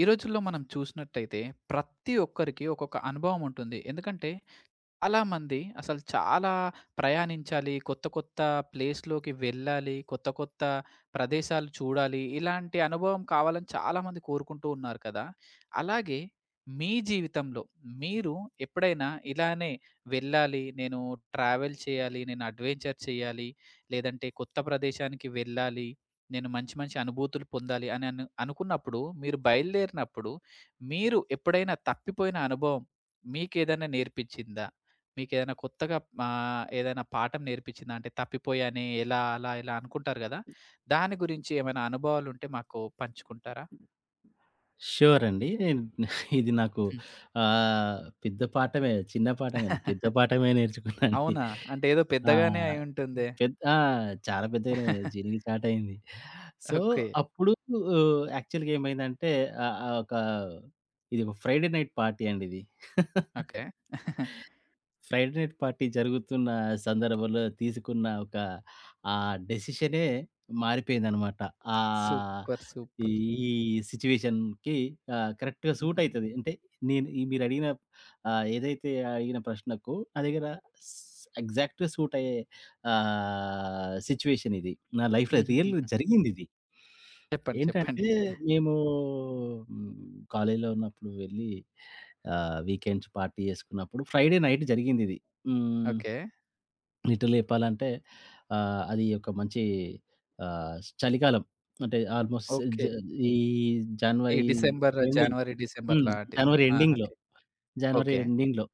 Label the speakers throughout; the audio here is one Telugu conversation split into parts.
Speaker 1: ఈ రోజుల్లో మనం చూసినట్టయితే ప్రతి ఒక్కరికి ఒక్కొక్క అనుభవం ఉంటుంది. ఎందుకంటే చాలా మంది అసలు చాలా ప్రయాణించాలి. కొత్త, కొత్త ప్లేస్‌లోకి వెళ్ళాలి. కొత్త, కొత్త ప్రదేశాలు చూడాలి. ఇలాంటి అనుభవం కావాలని చాలామంది కోరుకుంటూ ఉన్నారు కదా! అలాగే మీ జీవితంలో మీరు ఎప్పుడైనా ఇలానే వెళ్ళాలి, నేను ట్రావెల్ చేయాలి, నేను అడ్వెంచర్ చేయాలి, లేదంటే కొత్త ప్రదేశానికి వెళ్ళాలి, నేను మంచి, మంచి అనుభూతులు పొందాలి అని అనుకున్నప్పుడు మీరు బయలుదేరినప్పుడు మీరు ఎప్పుడైనా తప్పిపోయిన అనుభవం మీకేదైనా నేర్పించిందా? మీకేదైనా కొత్తగా ఏదైనా పాఠం నేర్పించిందా? అంటే తప్పిపోయానే ఎలా, అలా, ఇలా అనుకుంటారు గదా! దాని గురించి ఏమైనా అనుభవాలుంటే మాకు పంచుకుంటారా?
Speaker 2: ష్యూర్ అండి. ఇది నాకు
Speaker 1: హ్మ్.
Speaker 2: పెద్ద పాఠమే చిన్న పాఠం కాదు. పెద్ద పాఠమే నేర్చుకున్నా అండి.
Speaker 1: అవునా? అంటే ఏదో పెద్దగానే
Speaker 2: ఆహ్,
Speaker 1: అయి ఉంటుందే.
Speaker 2: పెద్ ఆ! చాలా పెద్దగానే చినిగి చాటయింది. So,
Speaker 1: okay.
Speaker 2: అప్పుడు యాక్చువల్‌గా ఏమైందంటే ఆహ్, ఆహ్, ఒక ఇది ఒక ఫ్రైడే నైట్ పార్టీ అండి ఇది.
Speaker 1: ఓకే.
Speaker 2: ఫ్రైడే నైట్ పార్టీ జరుగుతున్న సందర్భంలో తీసుకున్న ఒక ఆ డెసిషనే మారిపోయిందనమాట. ఆహ్,
Speaker 1: సూపర్.
Speaker 2: ఈ
Speaker 1: సూపర్.
Speaker 2: ఈ సిట్యుయేషన్‌కి కరెక్ట్‌గా సూట్
Speaker 1: హుహు.
Speaker 2: అయితది. అంటే నేను ఈ మీరడిగిన ఏదైతే అడిగిన ప్రశ్నకు నా దగ్గర స్ ఎగ్జాక్ట్‌గా సూట్ అయ్యే సిట్యుయేషన్ ఇది. నా లైఫ్‌లో రియల్
Speaker 1: హుహుహుహు.
Speaker 2: జరిగిందిది.
Speaker 1: చెప్పండి. చెప్పండి.
Speaker 2: ఏంటంటే మేము హ్మ్, కాలేజీలో ఉన్నప్పుడు వెళ్ళి వీకెండ్స్ పార్టీ చేసుకున్నప్పుడు ఫ్రైడే నైట్ జరిగిందిది. హ్మ్.
Speaker 1: ఓకే.
Speaker 2: లిటరల్లీ చెప్పాలంటే అది ఒక మంచి ఆహ్, చలికాలం. అంటే ఆల్‌మోస్ట్ జ
Speaker 1: ఓకే.
Speaker 2: ఈ
Speaker 1: ఈ
Speaker 2: జనవరి
Speaker 1: డిసెంబర్,
Speaker 2: ఎండింగ్.
Speaker 1: జనవరి, డిసెంబర్
Speaker 2: హ్మ్.
Speaker 1: లాంటి
Speaker 2: జనవరి
Speaker 1: ఆ!
Speaker 2: ఎండింగ్‌లో.
Speaker 1: ఓకే.
Speaker 2: జనవరి
Speaker 1: ఓకే.
Speaker 2: ఎండింగ్‌లో.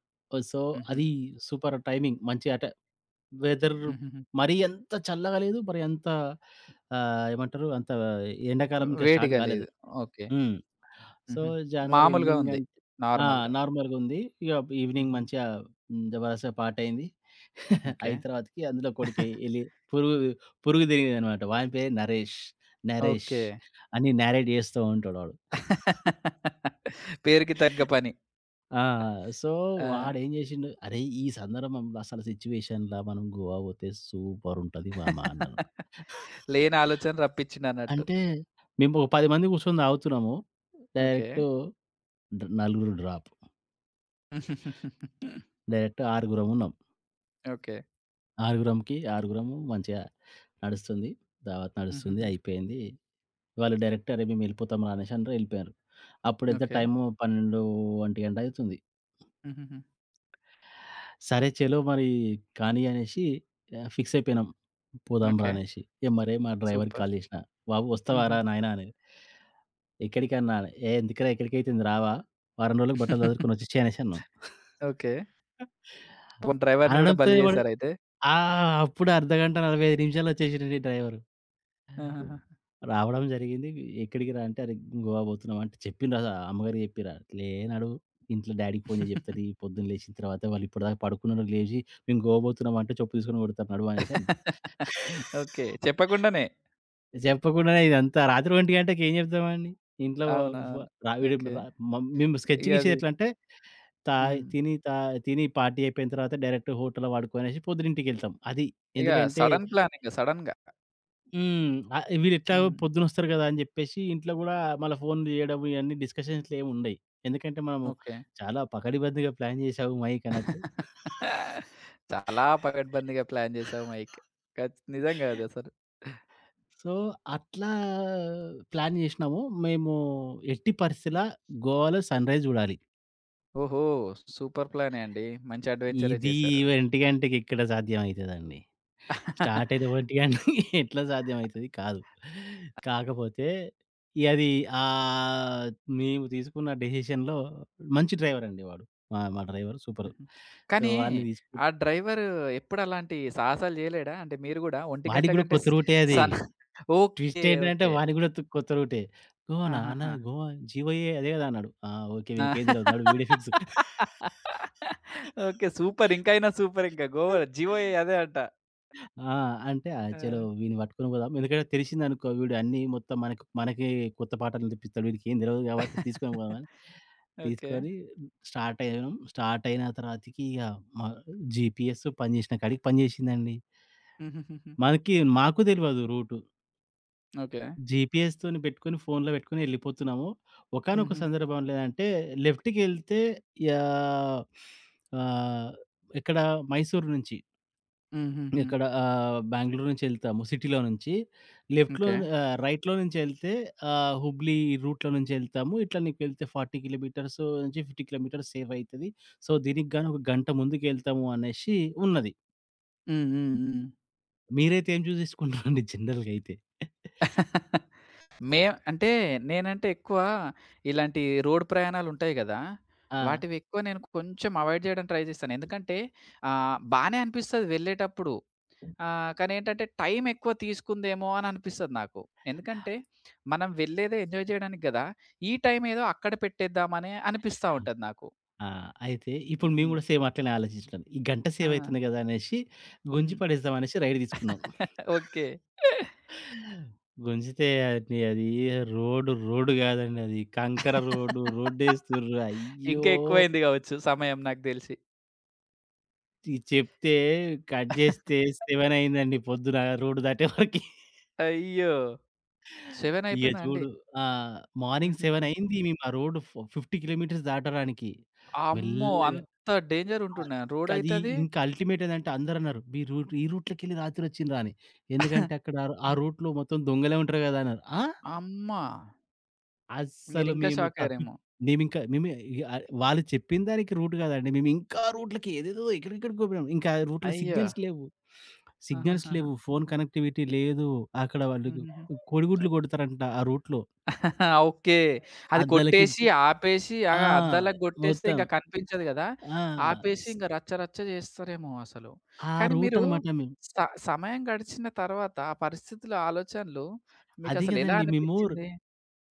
Speaker 2: సో,
Speaker 1: హుహు.
Speaker 2: అది సూపర్ టైమింగ్. మంచి అంటే వెదర్
Speaker 1: హుహుహు.
Speaker 2: మరీ అంత చల్లగా లేదు. మరి అంత ఏమంటారు అంత ఎండాకాలం ఇంకా స్టార్ట్
Speaker 1: వేడిగా
Speaker 2: కాలేదు.
Speaker 1: లేదు. ఓకే.
Speaker 2: హ్మ్. సో,
Speaker 1: హుహు.
Speaker 2: జనవరి
Speaker 1: మామూలుగా
Speaker 2: ఎండింగ్
Speaker 1: ఉంది.
Speaker 2: అంటే ఆ!
Speaker 1: నార్మల్‌గా.
Speaker 2: నార్మల్‌గుంది. ఇగ ఈవినింగ్
Speaker 1: హుహు.
Speaker 2: మంచిగా జబర్దస్త్ పాటయింది.
Speaker 1: ఓకే.
Speaker 2: అయిన తర్వాతకి అందులో కొడుకి ఎలి పురుగు పురుగు తిరిగిందనమాట. వాని పేరు నరేష్. నరేష్
Speaker 1: ఓకే.
Speaker 2: అని నేరేట్ చేస్తూ ఉంటాడు వాడు.
Speaker 1: పేరుకి తగ్గ పని.
Speaker 2: ఆ! సో,
Speaker 1: ఆ!
Speaker 2: వాడేం చేసిండు, "అరేయ్! ఈ సందర్భంలో అసలు సిట్యుయేషన్‌లా మనం గోవా పోతే సూపరుంటది మామ" అన్నాను.
Speaker 1: లేని ఆలోచన రప్పించిండన్నట్టు.
Speaker 2: అంటే మేము ఒక 10 మంది కూర్చొని తాగుతున్నాము.
Speaker 1: ఓకే.
Speaker 2: డైరెక్ట్ డ్ నలుగురు డ్రాప్. డైరెక్ట్ ఆరుగురమున్నాం.
Speaker 1: ఓకే.
Speaker 2: ఆరుగురంకి ఆరుగురము మంచిగా నడుస్తుంది. దావత్ నడుస్తుంది.
Speaker 1: హుహుహు.
Speaker 2: అయిపోయింది. వాళ్ళు డైరెక్ట్ "అరే! మేమెళ్ళిపోతాం రా" అనేసి అనరు ఎళ్ళిపోయారు. అప్పుడెంత
Speaker 1: ఓకే.
Speaker 2: టైము 12, 1 గంట అయితుంది.
Speaker 1: హుహుహు.
Speaker 2: సరే చలో మరి కానీ అనేసి ఫిక్స్ అయిపోయినాం. పోదాం రా
Speaker 1: ఓకే.
Speaker 2: అనేసి. ఇగ మరే మా డ్రైవర్‌కి
Speaker 1: సూపర్.
Speaker 2: కాల్ చేసినా. "బాబు
Speaker 1: హుహు.
Speaker 2: వస్తావారా నాయనా" అని. "ఎక్కడికన్నా" అని. "ఏ ఎందుకురా ఎక్కడికైతుంది రావా? వారం రోజులకు బట్టలు సదురుకొని వచ్చేసేయ్" అనేసి అన్నాం.
Speaker 1: ఓకే. పోనీ డ్రైవర్‌ని గూడా
Speaker 2: అనడంతో
Speaker 1: బలి
Speaker 2: వాడు
Speaker 1: చేసారయితే.
Speaker 2: ఆ! అప్పుడు అర్ధగంట, 45 నిమిషాల్లో వచ్చేసిండండి డ్రైవరు.
Speaker 1: ఆహాహా!
Speaker 2: రావడం జరిగింది. ఎక్కడికి రా అంటే, "అరె! గోవా పోతున్నాం" అంటే చెప్పిన్రా అమ్మగారికి చెప్పిర్రా. "లే నడువు ఇంట్లో డ్యాడీకి ఫోన్ చేసి చెప్తా తీ. పొద్దున్న లేచిన తర్వాత వాళ్ళు ఇప్పటిదాకా పడుకున్నోళ్ళు లేచి మేము గోవా పోతున్నాం అంటే చెప్పు తీసుకొని కొడతారు నడువు" అనేసి అన్నా.
Speaker 1: ఓకే. చెప్పకుండానే.
Speaker 2: చెప్పకుండానే ఇదంతా రాత్రి 1 గంటకి ఏం చెప్తామండి? ఇంట్లో ఫ
Speaker 1: అవునవును.
Speaker 2: రా వీడు
Speaker 1: ఓకే.
Speaker 2: రా మమ్ మేము స్కెచ్
Speaker 1: ఇగ
Speaker 2: గీసేది
Speaker 1: అది
Speaker 2: ఎట్లంటే తా
Speaker 1: హ్మ్.
Speaker 2: తిని తా తిని పార్టీ అయిపోయిన తర్వాత డైరెక్ట్ హోటల్‌లో పడుకోనేసి పొద్దున ఇంటికెళ్తాం. అది.
Speaker 1: ఇగ
Speaker 2: ఎందుకంటే
Speaker 1: సడెన్ ప్లానింగ్ సడెన్‌గా.
Speaker 2: హ్మ్. వీళ్ళెట్లాగో
Speaker 1: హ్మ్.
Speaker 2: పొద్దునొస్తారు గదా! అని జెప్పేసి ఇంట్లో గూడా మళ్ళా ఫోన్లు జేయడం ఇయన్నీ డిస్కషన్స్‌లేముండయి. ఎందుకంటే మనము
Speaker 1: ఓకే.
Speaker 2: చాలా పకడ్బందీగా ప్లాన్ జేసాము మైక్ అన్నట్టు.
Speaker 1: చాలా పకడ్బందీగా ప్లాన్ చేసావు మైక్. ఖచ్ నిజంగా అదసలు.
Speaker 2: సో, అట్లా ప్లాన్ జేసినాము. మేము ఎట్టి పరిస్థితిలా గోవాలో సన్‌రైజ్ జూడాలి.
Speaker 1: ఓహో! సూపర్ ప్లానే అండి. మంచి అడ్వెంచరే
Speaker 2: ఇది
Speaker 1: చేశారు.
Speaker 2: 1 గంటకి ఎక్కడ సాధ్యమైతదండి? స్టార్ట్ అయితే ఒకటి గానీ ఎట్లా సాధ్యమైతది? కాదు. కాకపోతే ఇగ అది ఆహ్, మేము తీసుకున్న డెసిషన్‌లో మంచి డ్రైవరండి వాడు. మా మా డ్రైవర్ సూపరు.
Speaker 1: హుహు.
Speaker 2: సో,
Speaker 1: కానీ
Speaker 2: వాడిని తీసుకు
Speaker 1: ఆ డ్రైవరు ఎప్పుడలాంటి సాహసాలు జేయలేడా? అంటే మీరు గూడా ఒంటి గంట
Speaker 2: వాడికి గూడా
Speaker 1: కంటే
Speaker 2: కొత్త
Speaker 1: స్
Speaker 2: రూటే అది.
Speaker 1: సన
Speaker 2: ట్విస్ట్
Speaker 1: ఓకే.
Speaker 2: ఏంటంటే
Speaker 1: ఓకే.
Speaker 2: వాడికి గూడా కొత్త రూటే. "గోవానా? అన్న
Speaker 1: ఆహాహా!
Speaker 2: గోవా జీవోయే అదే గదా!" అన్నాడు. "ఆ! ఓకే.
Speaker 1: ఆ!
Speaker 2: వీనికేం తెలవదు. నడు వీడే ఫిక్స్."
Speaker 1: ఓకే. సూపర్. ఇంకైనా సూపర్ ఇంక. గోవా జీవో అదే అంట.
Speaker 2: ఆ! అంటే ఆ!
Speaker 1: ఆ!
Speaker 2: చలో వీడిని పట్టుకొని పోదాం. ఎందుకంటే తెలిసిందనుకో వీడు అన్నీ మొత్తం మనకు మనకే కొత్త పాటలు తెప్పిస్తాడు. వీడికి ఏం తెలవదు కాబట్టి తీసుకొని పోదామని
Speaker 1: ఓకే.
Speaker 2: తీసుకొని స్టార్ట్ అయ్యాం. స్టార్ట్ అయిన తర్వాతకి ఇగ మా జీపీఎస్ పనిచేసిన కాడికి పనిచేసిందండి.
Speaker 1: హుహుహుహు.
Speaker 2: మనకి మాకు తెలవదు రూటు.
Speaker 1: ఓకే.
Speaker 2: జీపీఎస్‌తోని పెట్టుకొని ఫోన్‌లో పెట్టుకొని ఎళ్ళిపోతున్నాము. ఒకానొక
Speaker 1: హుహు.
Speaker 2: సందర్భంలో ఏదంటే లెఫ్ట్‌కెళ్తే యాహ్! ఆహ్, ఇక్కడ మైసూరు నుంచి
Speaker 1: హుహుహు.
Speaker 2: ఇక్కడ బెంగుళూరు నుంచి ఎళ్తాము సిటీలో నుంచి. లెఫ్ట్‌లో
Speaker 1: ఓకే.
Speaker 2: రైట్‌లో నుంచి ఎళ్తే హుబ్లీ రూట్‌లో నుంచి ఎళ్తాము. ఇట్లా నీకు వెళ్తే 40 కిలోమీటర్స్ నుంచి 50 కిలోమీటర్స్ సేవ్ అయితది. సో, దీనికి గాను ఒక గంట ముందుకెళ్తాము అనేసి ఉన్నది.
Speaker 1: హ్మ్. హ్మ్. హ్మ్.
Speaker 2: మీరైతే ఏం చేసుకున్నారండి జనరల్‌గా అయితే?
Speaker 1: మే అంటే నేనంటే ఎక్కువ ఇలాంటి రోడ్ ప్రయాణాలుంటాయి గదా!
Speaker 2: ఆ!
Speaker 1: వాటివి ఎక్కువ నేను కొంచెం అవాయిడ్ జేయడం ట్రై జేస్తాను. ఎందుకంటే బానే అనిపిస్తది వెళ్ళేటప్పుడు. కానీ ఏంటంటే టైం ఎక్కువ తీసుకుందేమో అని అనిపిస్తది నాకు. ఎందుకంటే మనం వెళ్ళేదే ఎంజాయ్ జేయడానికి గదా! ఈ టైం ఏదో అక్కడ పెట్టేద్దామనే అనిపిస్తా ఉంటది నాకు.
Speaker 2: ఆ! అయితే ఇప్పుడు మేము
Speaker 1: హ్మ్.
Speaker 2: గూడా సేమ్ అట్లనే ఆలోచించినాం. ఈ గంట
Speaker 1: ఆ!
Speaker 2: సేవ్ అయితుంది గదా! అనేసి గుంజి
Speaker 1: హ్మ్.
Speaker 2: పడేద్దాం అనేసి రైడ్ తీసుకున్నాం.
Speaker 1: ఓకే.
Speaker 2: గుంజితే అది అది రోడ్ రోడ్ గాదండి అది. కంకర రోడ్డు. రోడ్డేస్తుర్రు. అయ్యో!
Speaker 1: ఇంకా ఎక్కువైంది గావచ్చు సమయం నాకు దెలిసి.
Speaker 2: ఇది చెప్తే కట్ జేస్తే 7 అయిందండి పొద్దున రోడ్డు దాటే వరకి.
Speaker 1: అయ్యో! 7
Speaker 2: ఇగ
Speaker 1: అయిపోయిందా అండి?
Speaker 2: చూడు ఆ! మార్నింగ్ 7
Speaker 1: హుహుహు.
Speaker 2: అయింది మేము ఆ రోడ్డు 50 కిలోమీటర్స్ దాటడానికి.
Speaker 1: అమ్మో!
Speaker 2: మెల్లగా
Speaker 1: అంత డేంజర్
Speaker 2: ఆహ్,
Speaker 1: ఉంటుండే
Speaker 2: అది
Speaker 1: రోడయితే అది?
Speaker 2: ఇంకా అల్టిమేట్ ఏదంటే అందరన్నారు, "మీరు ఈ రూట్‌లోకెళ్ళి రాత్రి వచ్చిండ్రా" అని. ఎందుకంటే అక్కడ ఆ రూట్‌లో మొత్తం దొంగలే ఉంటారు గదా! అన్నారు. ఆ!
Speaker 1: అమ్మ!
Speaker 2: అస్సలు
Speaker 1: మీరింకా
Speaker 2: మేము
Speaker 1: షాక్
Speaker 2: తప్పి
Speaker 1: అయ్యారేమో!
Speaker 2: మేమింకా మేము ఇగ వాళ్ళు చెప్పిన దానికి రూట్ కాదండి. మేము ఇంకా రూట్లకి ఏదేదో ఎక్కడెక్కడికో పోయినాం. ఇంకా రూట్‌లో
Speaker 1: అయ్యో!
Speaker 2: సిగ్నల్స్ లేవు. సిగ్నల్స్
Speaker 1: ఆహాహాహా!
Speaker 2: లేవు. ఫోను కనెక్టివిటీ లేదు. అక్కడ వాళ్ళు
Speaker 1: హుహుహు.
Speaker 2: కోడిగుడ్లు కొడతారంట ఆ రూట్‌లో.
Speaker 1: ఓకే. అది
Speaker 2: అద్దాలకి
Speaker 1: కొట్టేసి,
Speaker 2: గు
Speaker 1: ఆపేసి ఆ
Speaker 2: ఆ!
Speaker 1: అద్దాలకు కొట్టేస్తే
Speaker 2: మొత్తం.
Speaker 1: ఇంక కనిపించదు గదా!
Speaker 2: ఆ!
Speaker 1: ఆపేసి
Speaker 2: స్
Speaker 1: ఇంక రచ్చ రచ్చ చేస్తారేమో అసలు.
Speaker 2: ఆ
Speaker 1: కానీ
Speaker 2: రూట్
Speaker 1: మీరు
Speaker 2: అనమాట మేము.
Speaker 1: స సమయం గడిచిన తర్వాత ఆ పరిస్థితుల ఆలోచనలు
Speaker 2: అది
Speaker 1: మీకసలు ఎలా
Speaker 2: కదండీ! మేము
Speaker 1: అనిపించింది?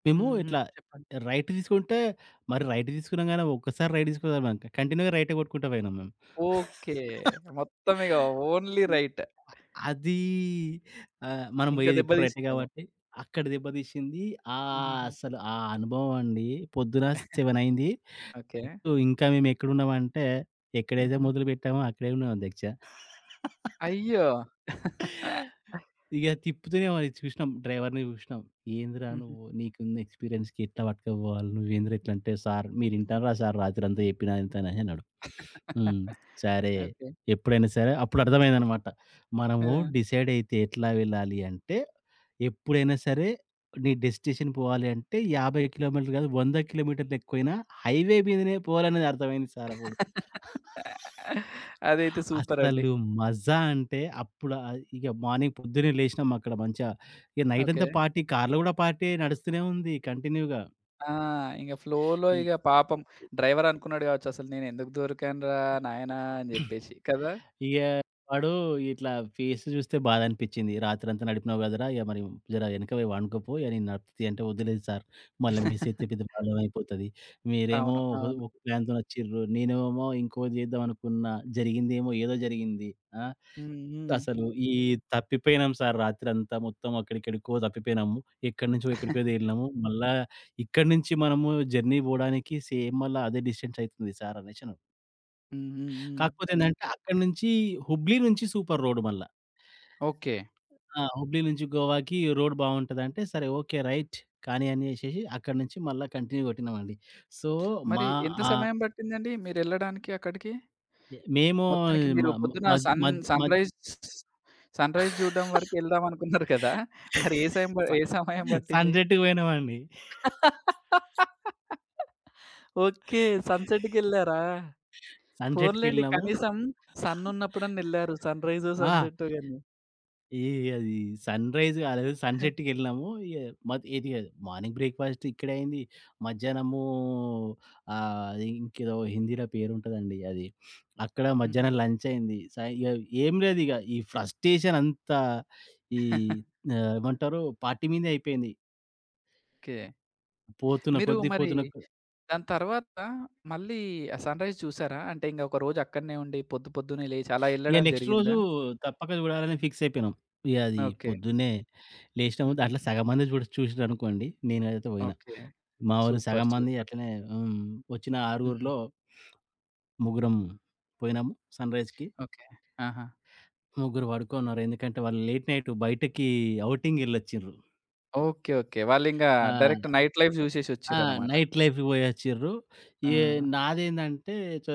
Speaker 2: మేము
Speaker 1: హ్మ్. హ్మ్.
Speaker 2: ఇట్లా
Speaker 1: చెప్పండి.
Speaker 2: రైట్ తీసుకుంటే, మరి రైట్ తీసుకున్నాం గాని ఒక్కసారి రైట్ తీసుకోలేదు మేం. కంటిన్యూ‌గా రైటే కొట్టుకుంటా పోయినాం మేము.
Speaker 1: ఓకే. మొత్తం ఇగ ఓన్లీ రైట్.
Speaker 2: అది మనం
Speaker 1: ఇంకా
Speaker 2: పోయేది
Speaker 1: దెబ్బ
Speaker 2: ఎప్పుడు రైటే
Speaker 1: తీసిందేమో.
Speaker 2: కాబట్టి, అక్కడ దెబ్బతీసింది.
Speaker 1: హుహుహు.
Speaker 2: అసలు ఆ అనుభవం అండి. పొద్దున 7 అయింది.
Speaker 1: ఓకే.
Speaker 2: సో ఇంకా మేము ఎక్కడున్నామంటే, ఎక్కడైతే
Speaker 1: హుహు.
Speaker 2: మొదలుపెట్టామో అక్కడే ఉన్నాం అధ్యక్ష.
Speaker 1: అయ్యో!
Speaker 2: ఇగ తిప్పుతూనే మరి చూసినాం. డ్రైవర్‌ని చూసినాం. "ఏందిరా నువ్వు
Speaker 1: హుహుహు.
Speaker 2: నీకున్న ఎక్స్‌పీరియన్స్‌కి ఎట్లా పట్టుకపోవాలి? నువ్వేందిరా ఇట్లంటే" "సార్ మీరు ఇంటారా సార్ రాత్రంతా చెప్పినా ఇంతని" అని అన్నాడు. హ్మ్. సరే.
Speaker 1: ఓకే.
Speaker 2: ఎప్పుడైనా సరే అప్పుడు అర్థమైందనమాట.
Speaker 1: ఆ!
Speaker 2: మనము డిసైడ్ అయితే ఎట్లా వెళ్ళాలి అంటే, ఎప్పుడైనా సరే నీ డెస్టినేషన్ పోవాలి అంటే 50 కిలోమీటర్లు కాదు 100 కిలోమీటర్లు ఎక్కువైనా హైవే మీదనే పోవాలనేది అర్థమైంది సార్ అప్పుడు.
Speaker 1: అదైతే సూపర్ అండి.
Speaker 2: అస్సలు మజా అంటే అప్పుడు ఇగ మార్నింగ్ పొద్దున్నే లేసినాం అక్కడ మంచిగా. ఇగ నైట్
Speaker 1: ఓకే.
Speaker 2: అంతా పార్టీ, కార్‌లో గూడా పార్టీయే నడుస్తూనే ఉంది కంటిన్యూ‌గా.
Speaker 1: ఆ! ఇంగ ఫ్లోలో
Speaker 2: ఇ
Speaker 1: ఇగ పాపం డ్రైవర్ అనుకున్నాడు కావచ్చు అసలు నేనెందుకు దొరికానురా నాయనా అని జెప్పేసి. కదా!
Speaker 2: ఇగ వాడు ఇట్లా ఫేస్ జూస్తే బాధ అనిపిచ్చింది. "రాత్రంతా నడిపినావు గదరా! ఇగ మరి జర వెనక పోయి పండుకోపో. ఇగ నేను నడుపుతీ" అంటే, "వద్దులేదు సార్ మళ్ళా మీ సేత్తే పెద్ద ప్రాబ్లమ్ అయిపోతది. మీరేమో
Speaker 1: అవును.
Speaker 2: ఒక
Speaker 1: అవును.
Speaker 2: ఒక ప్లాన్‌తోనొచ్చిర్రు. నేనేమో ఇంకోటి చేద్దాం అనుకున్నా. జరిగిందేమో ఏదో జరిగింది. ఆ!"
Speaker 1: హ్మ్. హ్మ్.
Speaker 2: అసలు ఈ తప్పిపోయినాం సార్ రాత్రంతా మొత్తం అక్కడికెక్కడికో తప్పిపోయినాము. ఎక్కడి నుంచో ఎక్కడికో తేలినాము. మళ్ళా ఇక్కడి నుంచి మనము జర్నీ పోవడానికి సేమ్ మళ్ళా అదే డిస్టెన్స్ అయితుంది సార్ అనేసి అన్నాడు.
Speaker 1: హ్మ్. హ్మ్. హ్మ్.
Speaker 2: కాకపోతే ఏందంటే అక్కడి నుంచి హుబ్లీ నుంచి సూపర్ రోడ్ మళ్ళా.
Speaker 1: ఓకే.
Speaker 2: ఆ! హుబ్లీ నుంచి గోవాకి రోడ్ బావుంటదంటే సరే ఓకే. రైట్ కానీ అనేసేసి అక్కడి నుంచి మళ్ళా కంటిన్యూ కొట్టినామండి. సో,
Speaker 1: మరి
Speaker 2: మా
Speaker 1: ఎంత
Speaker 2: ఆహ్,
Speaker 1: సమయం పట్టిందండి మీరెళ్ళడానికి అక్కడికి?
Speaker 2: మేము
Speaker 1: మొత్తానికి
Speaker 2: మ
Speaker 1: మీరు పొద్దున
Speaker 2: మద్ మద్ మద్
Speaker 1: సన్‌రైజ్ సన్‌రైజ్ జూడడం వరకు ఎళ్దామనుకున్నారు కదా! మరి
Speaker 2: స
Speaker 1: ఏ సమయం పట్టింది?
Speaker 2: సన్‌సెట్‌కి పోయినామండి.
Speaker 1: ఓకే. సన్‌సెట్‌కెళ్లారా? పోన్లెండి
Speaker 2: సన్‌సెట్‌కెళ్ళినాము.
Speaker 1: కనీసం సన్నున్నప్పుడన్నా ఎళ్లారు. సన్‌రైజో,
Speaker 2: ఆ!
Speaker 1: సన్‌సెట్టో గాని.
Speaker 2: ఈ అది సన్‌రైజ్ అదేదో సన్‌సెట్‌కెళ్ళినాము. ఇగ మద్ ఇది మార్నింగ్ బ్రేక్‌ఫాస్ట్ ఇక్కడే అయింది. మధ్యాహ్నము అది ఇంకేదో హిందీలో పేరుంటదండి అది. అక్కడ
Speaker 1: హుహు.
Speaker 2: మధ్యాహ్నం లంచ్ అయింది. సాయి ఇగ ఏం లేదు ఇగ ఈ ఫ్రస్ట్రేషన్ అంతా ఈ ఏమంటారు పార్టీ మీదే అయిపోయింది.
Speaker 1: ఓకే.
Speaker 2: పోతున్న
Speaker 1: మీరు
Speaker 2: కొద్దీ
Speaker 1: మరి
Speaker 2: పోతున్న కొ
Speaker 1: దాని తర్వాత మళ్ళీ ఆ సన్‌రైజ్ చూసారా? అంటే ఇంక ఒక రోజు అక్కడనే ఉండి పొద్దు పొద్దున్నే లేచి అలా
Speaker 2: ఇగ
Speaker 1: ఎళ్ళడం
Speaker 2: నెక్స్ట్ రోజు
Speaker 1: జరిగిందా?
Speaker 2: తప్పక చూడాలని ఫిక్స్ అయిపోయినాం. ఇగ అది
Speaker 1: ఓకే.
Speaker 2: పొద్దున్నే లేసినాము దాంట్లో
Speaker 1: హుహుహు.
Speaker 2: సగం మంది చూసిర్రనుకోండి. నేనైతే పోయినా.
Speaker 1: ఓకే.
Speaker 2: మా వోళ్ళు
Speaker 1: సూపర్.
Speaker 2: సగం మంది
Speaker 1: సూపర్.
Speaker 2: అట్లనే హ్మ్. వచ్చిన
Speaker 1: హుహు.
Speaker 2: ఆరుగురిలో ముగ్గురం పోయినాము సన్‌రైజ్‌కి.
Speaker 1: ఓకే. ఆహా!
Speaker 2: ముగ్గురు పడుకున్నారు. ఎందుకంటే వాళ్ళు లేట్ నైట్ బయటకి ఔటింగ్ ఎళ్లొచ్చిర్రు.
Speaker 1: ఓకే. ఓకే. వాళ్ళింకా
Speaker 2: ఆ!
Speaker 1: డైరెక్ట్ నైట్ లైఫ్ జూసేసి
Speaker 2: ఆ!
Speaker 1: ఒచ్చిర్రనమాట.
Speaker 2: నైట్ లైఫ్‌కి పోయొచ్చిర్రు.
Speaker 1: ఆ!
Speaker 2: ఏ నాదేందంటే చ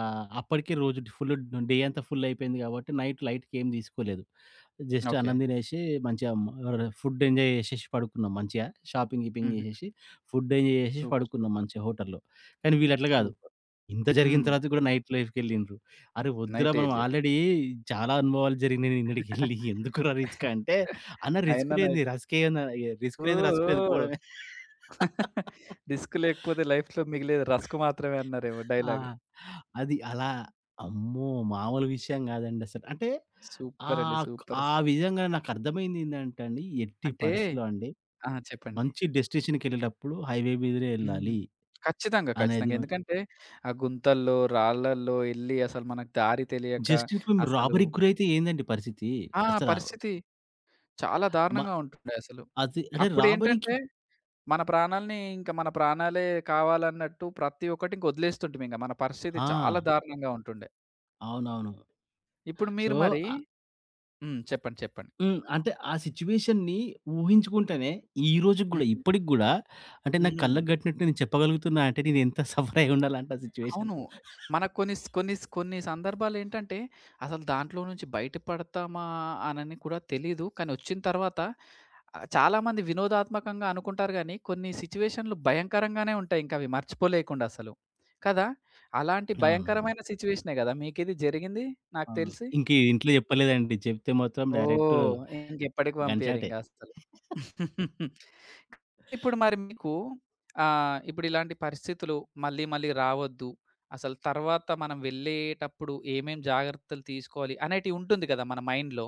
Speaker 2: అప్పటికే రోజు ఫుల్ డే అంతా ఫుల్ అయిపోయింది కాబట్టి నైట్ లైట్‌గా ఏం తీసుకోలేదు. Just
Speaker 1: okay.
Speaker 2: అన్నం తినేసి మంచిగా మ ర ఫుడ్ ఎంజాయ్ చేసేసి పడుకున్నాం మంచిగా. షాపింగ్, గీపింగ్
Speaker 1: హుహు.
Speaker 2: చేసేసి ఫుడ్ ఎంజాయ్ చేసేసి
Speaker 1: సూపర్.
Speaker 2: పడుకున్నాం
Speaker 1: సూపర్.
Speaker 2: మంచిగా హోటల్‌లో. కానీ వీళ్ళట్లా కాదు.
Speaker 1: సూపర్.
Speaker 2: ఇంత జరిగిన
Speaker 1: హ్మ్.
Speaker 2: తర్వాత గూడా నైట్ లైఫ్‌కెళ్ళిండ్రు. అరె! వద్దురా
Speaker 1: నైటే
Speaker 2: మనం
Speaker 1: యెళ్ళిర్రు.
Speaker 2: ఆల్రెడీ చాలా అనుభవాలు జరిగినాయి నిన్నడికెళ్ళి ఎందుకురా రిస్క్ అంటే, అన్న రిస్క్
Speaker 1: అయినా
Speaker 2: లేనిది
Speaker 1: నైట్.
Speaker 2: రస్కేయన రిస్క్ లేదు,
Speaker 1: ఓహ్!
Speaker 2: రస్క్ లేదు
Speaker 1: ఓహ్!
Speaker 2: పోవడమే.
Speaker 1: డిస్క్ లేకపోతే లైఫ్‌లో మిగిలేది రస్కు మాత్రమే అన్నారేమో
Speaker 2: ఆ!
Speaker 1: డైలాగు.
Speaker 2: అది అలా అమ్మో! మామూలు విషయం గాదండసలు. అంటే
Speaker 1: సూపరండి.
Speaker 2: ఆహ్,
Speaker 1: సూపర్
Speaker 2: ఆ
Speaker 1: అసలు.
Speaker 2: విధంగా నాకర్థమైంది ఏందంటే అండి, ఎట్టి
Speaker 1: అంటే
Speaker 2: పరిస్థితిలో అండి
Speaker 1: ఆ! చెప్పండి.
Speaker 2: మంచి డెస్టినేషన్‌కెళ్ళేటప్పుడు హైవే మీదనే
Speaker 1: హ్మ్.
Speaker 2: ఎళ్ళాలి
Speaker 1: ఖచ్చితంగా.
Speaker 2: అనేది
Speaker 1: ఖచ్చితంగా.
Speaker 2: మాత్రం
Speaker 1: ఎందుకంటే, ఆ గుంతల్లో, రాళ్ళల్లో యెళ్లి అసలు మనకు దారి తెలియక
Speaker 2: జస్ట్ ఇప్పుడు మేము
Speaker 1: అసలు
Speaker 2: రాబరీకి గురైతే ఏందండి పరిస్థితి?
Speaker 1: ఆ!
Speaker 2: అసల
Speaker 1: పరిస్థితి చాలా
Speaker 2: మ
Speaker 1: దారుణంగా ఉంటుండే అసలు.
Speaker 2: అది అంటే రాబరీకి
Speaker 1: అప్పుడేంటంటే, మన ప్రాణాల్ని ఇంక మన ప్రాణాలే కావాలన్నట్టు ప్రతి ఒక్కటి ఇంక వదిలేస్తుంటిమి ఇంక. మన పరిస్థితి
Speaker 2: ఆ!
Speaker 1: చాలా దారుణంగా ఉంటుండే.
Speaker 2: అవునవును.
Speaker 1: ఇప్పుడు
Speaker 2: సో,
Speaker 1: మీరు మరి
Speaker 2: ఆహ్,
Speaker 1: హ్మ్. చెప్పండి. చెప్పండి.
Speaker 2: హ్మ్. అంటే ఆ సిట్యుయేషన్‌ని ఊహించుకుంటేనే ఈ రోజుకి గూడా,
Speaker 1: హ్మ్.
Speaker 2: ఇప్పటికి గూడా అంటే నా
Speaker 1: హ్మ్.
Speaker 2: కళ్ళకి కట్టినట్టు నేను చెప్పగలుగుతున్నా అంటే నేను ఎంత సఫర్ అయి ఉండాలంటే ఆ సిట్యుయేషన్.
Speaker 1: అవును. మనకు కొన్ని సందర్భాలేంటంటే, అసలు దాంట్లో నుంచి బయట పడతామా అనని కూడా తెలీదు. కానీ వచ్చిన తర్వాత చాలామంది వినోదాత్మకంగా అనుకుంటారు గానీ, కొన్ని సిట్యుయేషన్‌లు భయంకరంగానే ఉంటాయి ఇంకవి మర్చిపోలేకుండా అసలు. కదా! అలాంటి
Speaker 2: అవునండి.
Speaker 1: భయంకరమైన సిట్యుయేషనే గదా! మీకిది జరిగింది నాకు
Speaker 2: అవును.
Speaker 1: తెలిసి?
Speaker 2: ఇంక ఇంట్లో చెప్పలేదండి. చెప్తే మాత్రం డైరెక్ట్
Speaker 1: ఓహ్! ఇంకెప్పటికి
Speaker 2: గన్ షాటే.
Speaker 1: పంపియరింక అసలు. ఇప్పుడు మరి మీకు ఇప్పుడు ఇలాంటి పరిస్థితులు మళ్ళీ, మళ్ళీ రావద్దు. అసలు తర్వాత మనం వెళ్ళేటప్పుడు ఏమేం జాగ్రత్తలు తీసుకోవాలి అనేటివి ఉంటుంది కదా! మన మైండ్‌లో.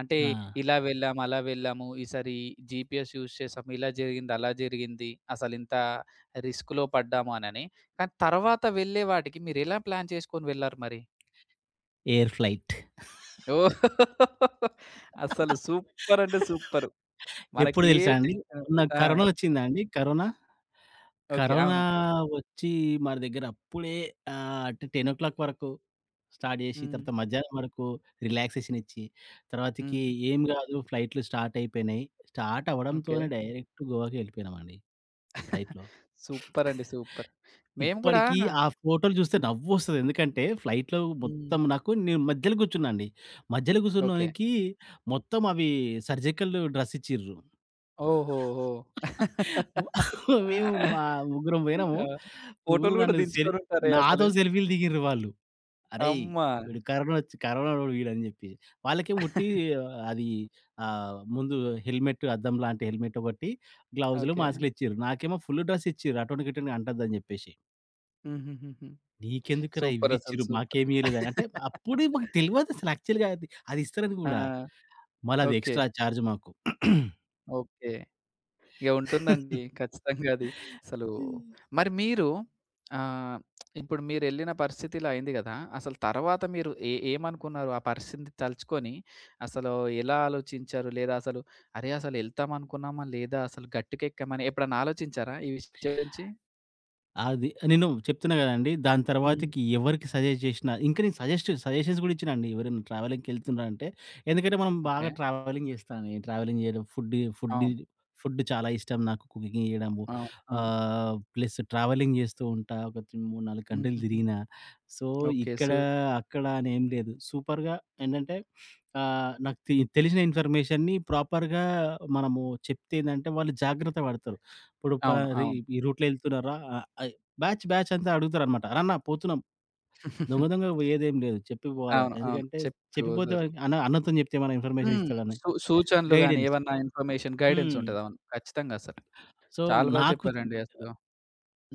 Speaker 1: అంటే
Speaker 2: ఆ!
Speaker 1: ఇలా వెళ్ళాము, అలా వెళ్ళాము. ఈసారి జీపీఎస్ యూజ్ చేసాము. ఇలా జరిగింది, అలా జరిగింది. అసలింత రిస్క్‌లో పడ్డాము అనని. కానీ తర్వాత వెళ్ళే వాటికి మీరెలా ప్లాన్ చేసుకొని వెళ్లారు మరి?
Speaker 2: Air flight.
Speaker 1: ఓహ్! అసలు సూపర్ అంటే సూపరు.
Speaker 2: ఎప్పుడు
Speaker 1: మనకి ఏ
Speaker 2: తెలుసా అండి?
Speaker 1: టెన్షన్ ఉండదు.
Speaker 2: మొన్న
Speaker 1: ఆ!
Speaker 2: కరోనా వచ్చిందా అండి? కరోనా?
Speaker 1: ఓకే.
Speaker 2: కరోనా
Speaker 1: అవును.
Speaker 2: వచ్చి మన దగ్గర అప్పుడే అంటే 10 వరకు స్టార్ట్ జేసి,
Speaker 1: హ్మ్.
Speaker 2: తర్వాత మధ్యాహ్నం వరకు రిలాక్సేషన్ ఇచ్చి, తర్వాతకి
Speaker 1: హ్మ్.
Speaker 2: ఏం గాదు ఫ్లైట్‌లు స్టార్ట్ అయిపోయినాయి. Start
Speaker 1: okay.
Speaker 2: అవ్వడంతోనే డైరెక్ట్ గోవాకి ఎళ్ళిపోయినామండి ఫ్లైట్‌లో.
Speaker 1: సూపర్ అండి. సూపర్. మేము గూడా
Speaker 2: ఇప్పటికి ఆ ఫోటోలు జూస్తే
Speaker 1: హ్మ్.
Speaker 2: నవ్వొస్తది. ఎందుకంటే ఫ్లైట్‌లో
Speaker 1: హ్మ్.
Speaker 2: మొత్తం నాకు నేను మధ్యలో గూర్చున్నా అండి. మధ్యలో
Speaker 1: ఓకే.
Speaker 2: గూర్చున్నోనికి మొత్తం అవి సర్జికల్ డ్రెస్ ఇచ్చిర్రు.
Speaker 1: ఓహోహో!
Speaker 2: మేము మా ముగ్గురం పోయినాము.
Speaker 1: ఆ!
Speaker 2: ముగ్గురు
Speaker 1: ఫోటోలు గూడా
Speaker 2: నన్ను సెల్
Speaker 1: దించుకొనుంటారే అసలు.
Speaker 2: నాతో సెల్ఫీలు దిగిర్రు వాళ్ళు. "అరేయ్!
Speaker 1: అమ్మా!
Speaker 2: వీడు కరోనా వచ్చి కరోనాోడు వీడని" చెప్పి. వాళ్ళకేమో ఉట్టి అది ముందు హెల్మెట్ అద్దం లాంటి హెల్మెట్ ఒకటి, గ్లౌజులు,
Speaker 1: ఓకే.
Speaker 2: మాస్కులు ఇచ్చిర్రు. నాకేమో ఫుల్ డ్రెస్ ఇచ్చిర్రు అటోనికి ఇటోనికి అంటద్దని చెప్పేసి.
Speaker 1: హుహుహుహు.
Speaker 2: "నీకెందుకురా
Speaker 1: సూపరసలు
Speaker 2: ఇవ్విచ్చిర్రు
Speaker 1: సూపర్.
Speaker 2: మాకేమి ఇయ్యలేదని" అంటే అప్పుడే మాకు తెలవదసలు యాక్చువల్‌గా అది అది ఇస్తారని
Speaker 1: ఆ!
Speaker 2: గూడా. మళ్ళా అది
Speaker 1: ఓకే.
Speaker 2: ఎక్స్‌ట్రా చార్జ్ మాకు.
Speaker 1: ఓకే. ఇక ఉంటుందండి. ఖచ్చితంగా అది. అసలు మరి మీరు ఆహ్, ఇప్పుడు మీరెళ్ళిన పరిస్థితి ఇలా అయింది గదా! అసలు తర్వాత మీరు ఏమనుకున్నారు? ఆ పరిస్థితిని తలుచుకొని అసలు ఎలా ఆలోచించారు? లేదా అసలు అరే! అసలు ఎళ్తాం అనుకున్నామా? లేదా అసలు గట్టుకెక్కామని ఎప్పుడన్నా ఆలోచించారా ఈ విషయం గురించి?
Speaker 2: అది నేను చెప్తున్నా గదండీ! దాని
Speaker 1: హ్మ్.
Speaker 2: తర్వాతకి ఎవరికి సజెస్ట్ జేషినా ఇంకా నేను సజెస్ట్ సజెషన్స్ గూడా ఇచ్చినా అండి. ఎవరైనా ట్రావెలింగ్‌కి ఎళ్తున్నారంటే ఎందుకంటే మనం
Speaker 1: ఓకే.
Speaker 2: బాగా ట్రావెలింగ్ జేస్తాను. ఈ ట్రావెలింగ్ జేయడం ఫుడ్ ఫుడ్
Speaker 1: అవును.
Speaker 2: ఫుడ్ చాలా ఇష్టం నాకు కుకింగ్ జేయడము.
Speaker 1: అవును. అవును.
Speaker 2: ప్లస్ ట్రావెలింగ్ జేస్తూ ఉంటా. ఒక 3, 4 కంట్రీలు
Speaker 1: హుహుహు.
Speaker 2: తిరిగినా. So,
Speaker 1: okay.
Speaker 2: ఇక్కడ, అక్కడ అని ఏం లేదు. సూపర్‌గా ఏంటంటే నాకు తెలిసిన ఇన్ఫర్మేషన్‌ని ప్రాపర్‌గా మనము చెప్తే ఏందంటే వాళ్ళు జాగ్రత్త పడతారు. ఇప్పుడు
Speaker 1: అవును.
Speaker 2: పలానా
Speaker 1: అవును.
Speaker 2: ఈ రూట్‌లో ఎళ్తున్నారా? ఆహ్, అయ్ బ్యాచ్ బ్యాచ్ అంతా అడుగుతారనమాట. "అన్న పోతున్నాం. దొంగ దొంగగా పోయేదేం లేదు. చెప్పి పోవాలి.
Speaker 1: అవును. అవును.
Speaker 2: ఎందుకంటే
Speaker 1: చెప్పి
Speaker 2: చెప్పిపోతే
Speaker 1: వదిలి
Speaker 2: వాడికి అన్న అన్నతోని చెప్తే ఏమైనా ఇన్ఫర్మేషన్
Speaker 1: హ్మ్.
Speaker 2: ఇస్తాడని."
Speaker 1: సూచనలు గాని,
Speaker 2: గైడెన్స్.
Speaker 1: ఏవన్నా ఇన్ఫర్మేషన్ గైడెన్స్
Speaker 2: హ్మ్.
Speaker 1: ఉంటది. అవును. ఖచ్చితంగా అసలు.
Speaker 2: సో,
Speaker 1: చాలా
Speaker 2: నాకు
Speaker 1: చెప్పారండి అసలు.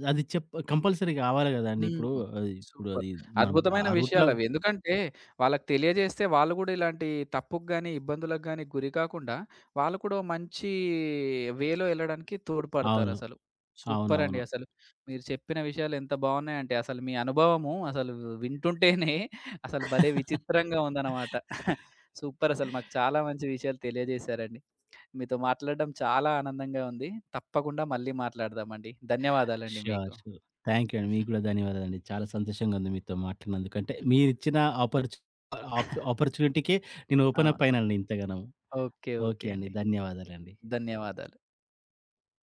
Speaker 2: అది కంపల్సరీ కావాలి కదండీ!
Speaker 1: హ్మ్.
Speaker 2: ఇప్పుడు అది ఇప్పుడు
Speaker 1: సూపర్.
Speaker 2: అది మనం
Speaker 1: అద్భుతమైన
Speaker 2: ఆ రూట్‌లో
Speaker 1: విషయాలవి. ఎందుకంటే, వాళ్ళకి తెలియజేస్తే వాళ్ళు గూడా ఇలాంటి తప్పుకు గాని, ఇబ్బందులకు గాని గురి కాకుండా, వాళ్ళు కూడా ఓ మంచి వేలో ఎళ్ళడానికి
Speaker 2: అవును.
Speaker 1: తోడ్పడతారసలు. సూపరండి
Speaker 2: అవునవును.
Speaker 1: అసలు. మీరు చెప్పిన విషయాలు ఎంత బావున్నాయంటే, అసలు మీ అనుభవము అసలు వింటుంటేనే అసలు భలే విచిత్రంగా ఉందనమాట. సూపర్ అసలు మాకు చాలా మంచి విషయాలు తెలియజేశారండి. మీతో మాట్లాడడం చాలా ఆనందంగా ఉంది. తప్పకుండా మళ్ళీ మాట్లాడదామండి. ధన్యవాదాలండి
Speaker 2: ష్యూర్.
Speaker 1: మీకు.
Speaker 2: ష్యూర్. థ్యాంక్ యూ అండి. మీకు కూడా ధన్యవాదాలండి. చాలా సంతోషంగా ఉంది మీతో మాట్లాడినందుకు. అంటే మీరిచ్చిన ఆపర్చు ఆపర్చునిటీకే నేను
Speaker 1: ఆ!
Speaker 2: ఓపెనప్ అయినానండి ఇంతగనం.
Speaker 1: ఓకే. ఓకే
Speaker 2: ఓకే అండి.
Speaker 1: అండి.
Speaker 2: ధన్యవాదాలండి.
Speaker 1: ధన్యవాదాలు.